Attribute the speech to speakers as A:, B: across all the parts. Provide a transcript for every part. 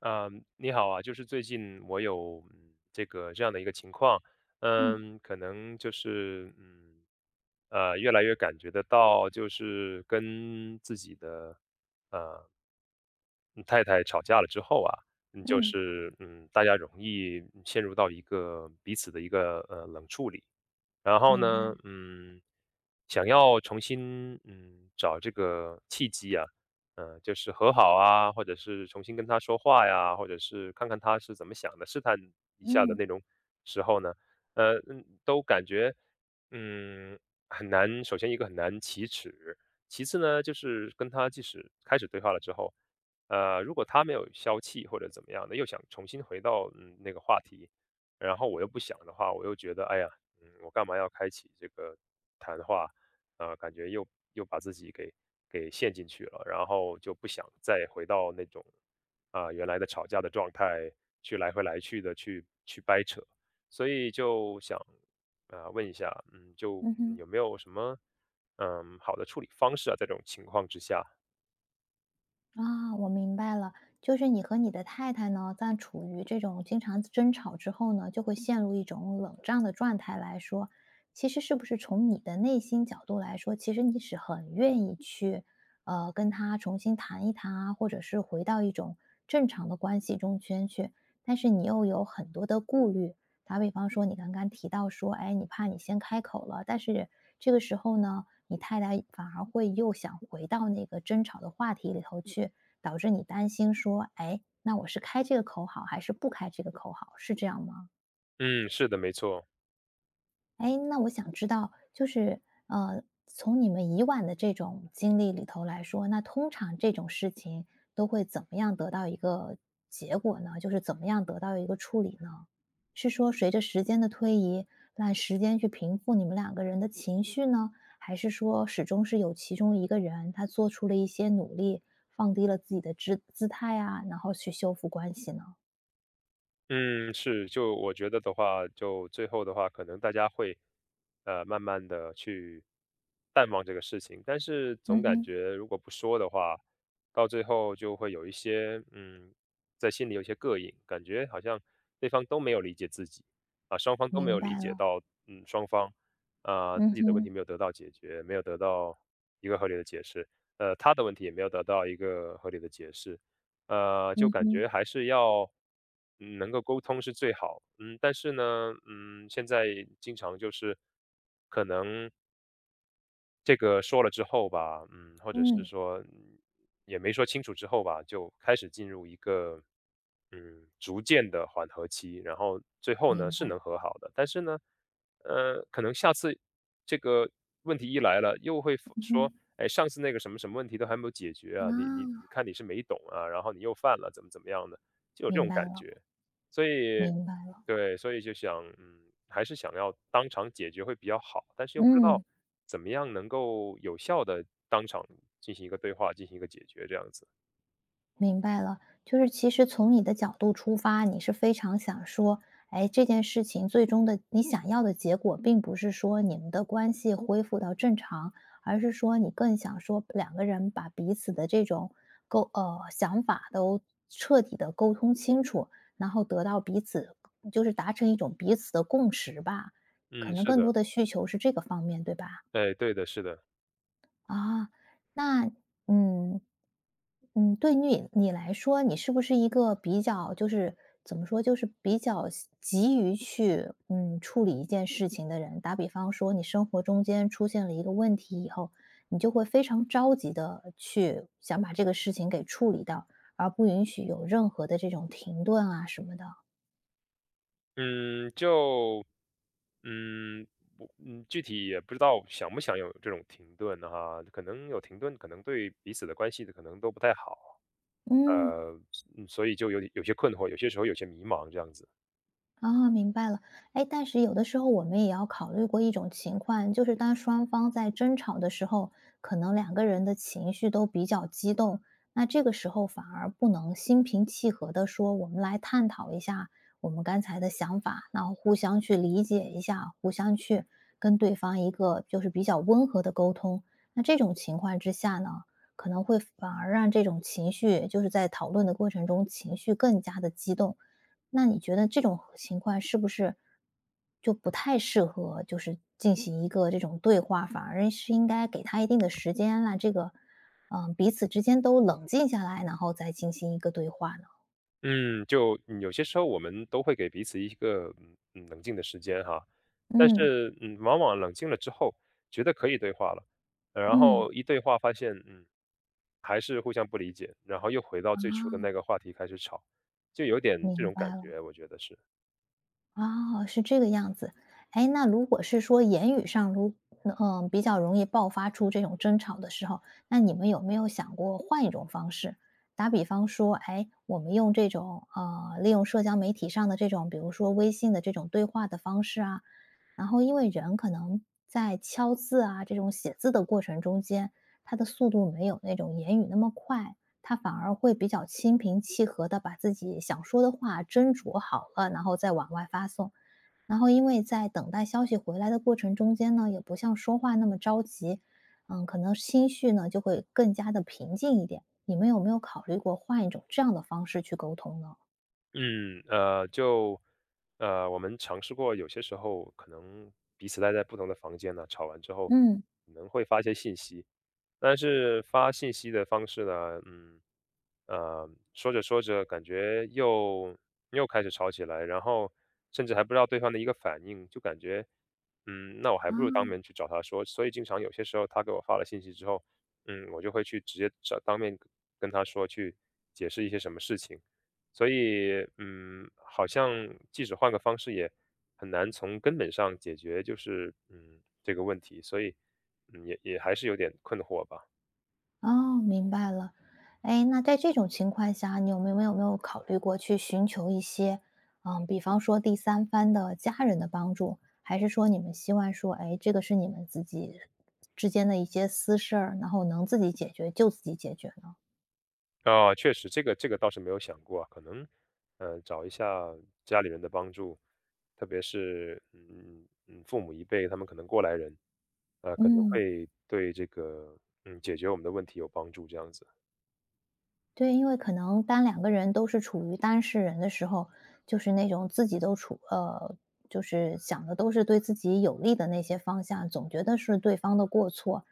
A: 嗯，你好啊，就是最近我有这个这样的一个情况，
B: 嗯
A: 嗯，可能就是越来越感觉得到，就是跟自己的呃嗯太太吵架了之后啊，就
B: 嗯，
A: 是大家容易陷入到一个彼此的一个冷处理，然后
B: 明白。
A: 呢，想要重新找这个契机啊，就是和好啊，或者是重新跟他说话呀，或者是看看他是怎么想的，试探一下的
B: 嗯
A: 那种时候呢，都感觉嗯很难。首先一个很难启齿，其次呢，就是跟他即使开始对话了之后，如果他没有消气或者怎么样的，又想重新回到那个话题，然后我又不想的话，我又觉得哎呀。我干嘛要开启这个谈话？啊？感觉又把自己给陷进去了，然后就不想再回到那种原来的吵架的状态，去来回来去的去掰扯，所以就想问一下，就
B: 嗯哼，
A: 有没有什么好的处理方式啊？在这种情况之下，
B: 啊，我明白了，就是你和你的太太呢，在处于这种经常争吵之后呢，就会陷入一种冷战的状态来说，其实是不是从你的内心角度来说，其实你是很愿意去，跟他重新谈一谈啊，或者是回到一种正常的关系中圈去，但是你又有很多的顾虑，打比方说，你刚刚提到说，哎，你怕你先开口了，但是这个时候呢。你太太反而会又想回到那个争吵的话题里头去，导致你担心说，哎，那我是开这个口好还是不开这个口好，是这样吗？
A: 嗯，是的，没错。
B: 哎，那我想知道，就是从你们以往的这种经历里头来说，那通常这种事情都会怎么样得到一个结果呢？就是怎么样得到一个处理呢？是说随着时间的推移，让时间去平复你们两个人的情绪呢？还是说始终是有其中一个人他做出了一些努力，放低了自己的姿态啊，然后去修复关系呢？
A: 嗯，是，就我觉得的话，就最后的话，可能大家会，慢慢的去淡忘这个事情，但是
B: 嗯
A: 总感
B: 哼。
A: 觉如果不说的话，到最后就会有一些，在心里有一些膈应，感觉好像对方都没有理解自己，啊，双方都没
B: 明
A: 有理
B: 白
A: 解
B: 了。
A: 到，双方，啊，
B: 嗯
A: 自己的问
B: 哼。
A: 题没有得到解决，没有得到一个合理的解释，他的问题也没有得到一个合理的解释，就
B: 嗯
A: 感
B: 哼。
A: 觉还是要，能够沟通是最好。嗯，但是呢，现在经常就是可能这个说了之后吧，或者是
B: 嗯
A: 说也没说清楚之后吧，就开始进入一个逐渐的缓和期，然后最后呢
B: 明
A: 是
B: 白。
A: 能和好的，但是呢，可能下次这个问题一来了，又会否
B: 嗯
A: 说，哎，上次那个什么什么问题都还没有解决
B: 哼
A: 啊，你
B: 啊，
A: 看你是没懂啊，然后你又犯了，怎么样的，就有这
B: 明
A: 种
B: 白
A: 感
B: 了。
A: 觉，所以
B: 明白了。
A: 对，所以就想，还是想要当场解决会比较好，但是又不知
B: 嗯。
A: 道怎么样能够有效的当场进行一个对话，进行一个解决这样子。
B: 明白了，就是其实从你的角度出发，你是非常想说，哎，这件事情最终的你想要的结果，并不是说你们的关系恢复到正常，而是说你更想说两个人把彼此的这种想法都彻底的沟通清楚，然后得到彼此就是达成一种彼此的共识吧。可
A: 嗯，
B: 能
A: 是
B: 更多
A: 的，
B: 的需求是这个方面，对吧？
A: 哎，对的，是的，
B: 啊，那嗯对你来说，你是不是一个比较就是怎么说，就是比较急于去处理一件事情的人？打比方说，你生活中间出现了一个问题以后，你就会非常着急的去想把这个事情给处理掉，而不允许有任何的这种停顿啊什么的。
A: 嗯，嗯，我，具体也不知道想不想有这种停顿哈，可能有停顿，可能对彼此的关系可能都不太好，
B: 嗯
A: 呃，所以就有些困惑，有些时候有些迷茫这样子。
B: 啊，明白了。哎，但是有的时候我们也要考虑过一种情况，就是当双方在争吵的时候，可能两个人的情绪都比较激动，那这个时候反而不能心平气和的说，我们来探讨一下我们刚才的想法，然后互相去理解一下，互相去跟对方一个就是比较温和的沟通。那这种情况之下呢，可能会反而让这种情绪，就是在讨论的过程中情绪更加的激动。那你觉得这种情况是不是就不太适合，就是进行一个这种对话，反而是应该给他一定的时间啦，让这个，彼此之间都冷静下来，然后再进行一个对话呢？
A: 嗯，就有些时候我们都会给彼此一个冷静的时间哈，但
B: 嗯
A: 是往往冷静了之后，觉得可以对话了，然
B: 嗯。
A: 后一对话发现还是互相不理解，然后又回到
B: 啊，
A: 最初的那个话题开始吵，就有点这
B: 明
A: 种感
B: 白了。
A: 觉，我觉得是。
B: 哦，是这个样子。哎，那如果是说言语上比较容易爆发出这种争吵的时候，那你们有没有想过换一种方式？打比方说，哎，我们用这种利用社交媒体上的这种，比如说微信的这种对话的方式啊，然后因为人可能在敲字啊这种写字的过程中间，他的速度没有那种言语那么快，他反而会比较心平气和的把自己想说的话斟酌好了，然后再往外发送。然后因为在等待消息回来的过程中间呢，也不像说话那么着急，可能心绪呢就会更加的平静一点。你们有没有考虑过换一种这样的方式去沟通呢？
A: 嗯，就我们尝试过，有些时候可能彼此待在不同的房间呢，吵完之后
B: 嗯。
A: 可能会发一些信息，但是发信息的方式呢，说着说着感觉又开始吵起来，然后甚至还不知道对方的一个反应，就感觉，那我还不如当
B: 啊。
A: 面去找他说。所以经常有些时候他给我发了信息之后，我就会去直接找当面跟他说，去解释一些什么事情。所以，好像即使换个方式，也很难从根本上解决，就是这个问题，所以，也还是有点困惑吧。
B: 哦，明白了。哎，那在这种情况下，你有没有考虑过去寻求一些，比方说第三方的家人的帮助，还是说你们希望说，哎，这个是你们自己之间的一些私事儿，然后能自己解决就自己解决呢？
A: 啊，确实，这个倒是没有想过啊，可能，找一下家里人的帮助，特别是父母一辈，他们可能过来人，可能
B: 嗯。
A: 会对这个解决我们的问题有帮助，这样子。
B: 对，因为可能当两个人都是处于当事人的时候，就是那种自己都处，就是想的都是对自己有利的那些方向，总觉得是对方的过错，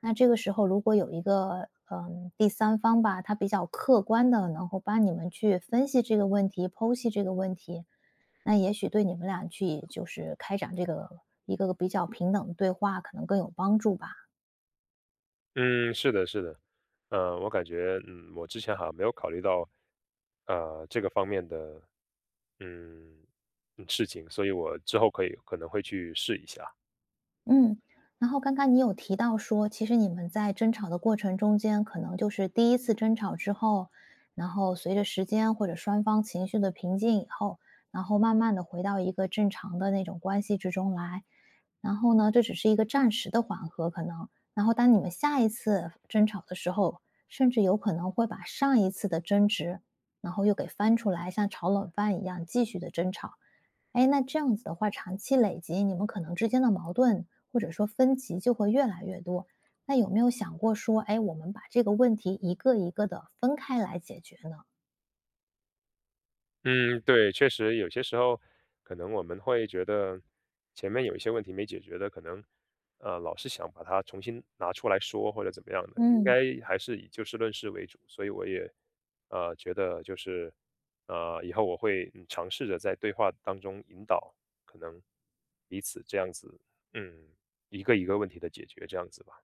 B: 那这个时候如果有一个，第三方吧，他比较客观的，能够帮你们去分析这个问题、剖析这个问题，那也许对你们俩去就是开展这个一个比较平等的对话，可能更有帮助吧。
A: 嗯，是的，是的，我感觉我之前好像没有考虑到。这个方面的，嗯，事情，所以我之后可能会去试一下。
B: 嗯。然后刚刚你有提到说，其实你们在争吵的过程中间，可能就是第一次争吵之后，然后随着时间或者双方情绪的平静以后，然后慢慢的回到一个正常的那种关系之中来。然后呢，这只是一个暂时的缓和，可能。然后当你们下一次争吵的时候，甚至有可能会把上一次的争执，然后又给翻出来，像炒冷饭一样继续的争吵。哎，那这样子的话，长期累积，你们可能之间的矛盾或者说分歧就会越来越多。那有没有想过说，哎，我们把这个问题一个一个的分开来解决呢？
A: 嗯，对，确实有些时候可能我们会觉得前面有一些问题没解决的，可能老是想把它重新拿出来说或者怎么样的，应
B: 嗯。
A: 该还是以就事论事为主。所以我也觉得就是以后我会尝试着在对话当中引导可能彼此这样子，嗯，一个一个问题的解决这样子吧。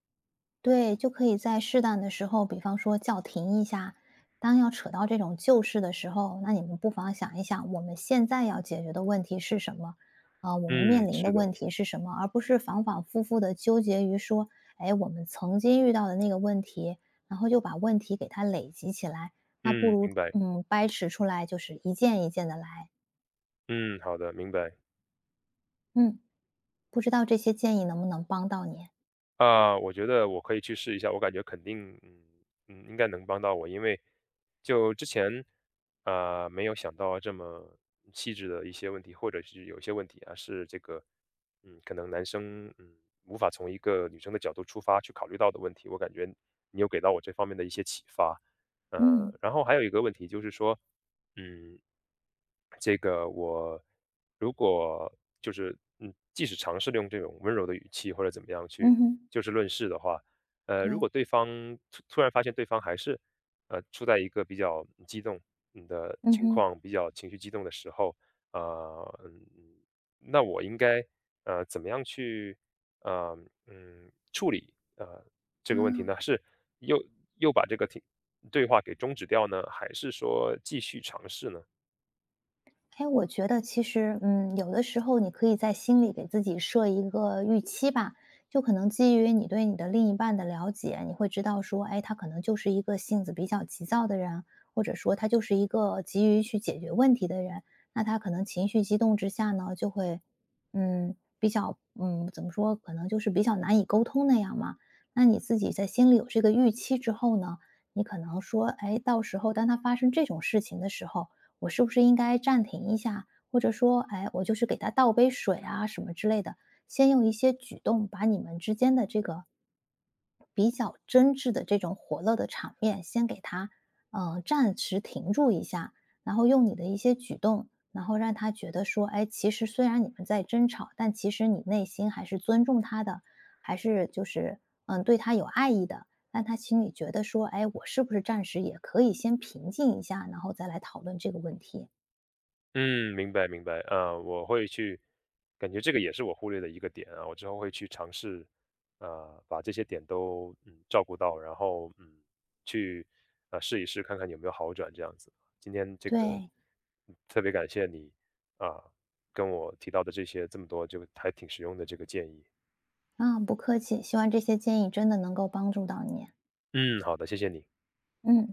B: 对，就可以在适当的时候，比方说叫停一下。当要扯到这种旧事的时候，那你们不妨想一想，我们现在要解决的问题是什么？啊、我们面
A: 嗯，
B: 临的
A: 是的。
B: 问题是什么？而不是反反复复的纠结于说，哎，我们曾经遇到的那个问题，然后就把问题给它累积起来。那不
A: 嗯，
B: 如
A: 明白。
B: 掰扯出来，就是一件一件的来。
A: 嗯，好的，明白。
B: 嗯，不知道这些建议能不能帮到你？
A: 啊，我觉得我可以去试一下，我感觉肯定，应该能帮到我，因为就之前，啊，没有想到这么细致的一些问题，或者是有些问题啊，是这个，可能男生无法从一个女生的角度出发去考虑到的问题，我感觉你有给到我这方面的一些启发。
B: 嗯。
A: 呃，然后还有一个问题就是说，嗯，这个我如果就是即使尝试利用这种温柔的语气或者怎么样去
B: 嗯哼。
A: 就事论事的话，如
B: 对。
A: 果对方突然发现对方还是处在一个比较激动的
B: 嗯
A: 情
B: 哼
A: 况，比较情绪激动的时候，呃，嗯，那我应该怎么样去呃处理这个问题
B: 啊。
A: 呢？是又又把这个对话给终止掉呢，还是说继续尝试呢？
B: 哎，我觉得其实，有的时候你可以在心里给自己设一个预期吧，就可能基于你对你的另一半的了解，你会知道说，哎，他可能就是一个性子比较急躁的人，或者说他就是一个急于去解决问题的人。那他可能情绪激动之下呢，就会，比较，怎么说，可能就是比较难以沟通那样嘛。那你自己在心里有这个预期之后呢，你可能说，哎，到时候当他发生这种事情的时候，我是不是应该暂停一下，或者说，哎，我就是给他倒杯水啊什么之类的，先用一些举动把你们之间的这个比较真挚的这种火热的场面，先给他暂时停住一下，然后用你的一些举动，然后让他觉得说，哎，其实虽然你们在争吵，但其实你内心还是尊重他的，还是就是对他有爱意的。让他心里觉得说，哎，我是不是暂时也可以先平静一下，然后再来讨论这个问题？
A: 嗯，明白明白，啊，我会去，感觉这个也是我忽略的一个点啊，我之后会去尝试，把这些点都照顾到，然后去啊试一试，看看有没有好转这样子。今天这个
B: 对，
A: 特别感谢你啊，跟我提到的这些这么多，就还挺实用的这个建议。
B: 啊，不客气，希望这些建议真的能够帮助到你。
A: 嗯，好的，谢谢你。
B: 嗯。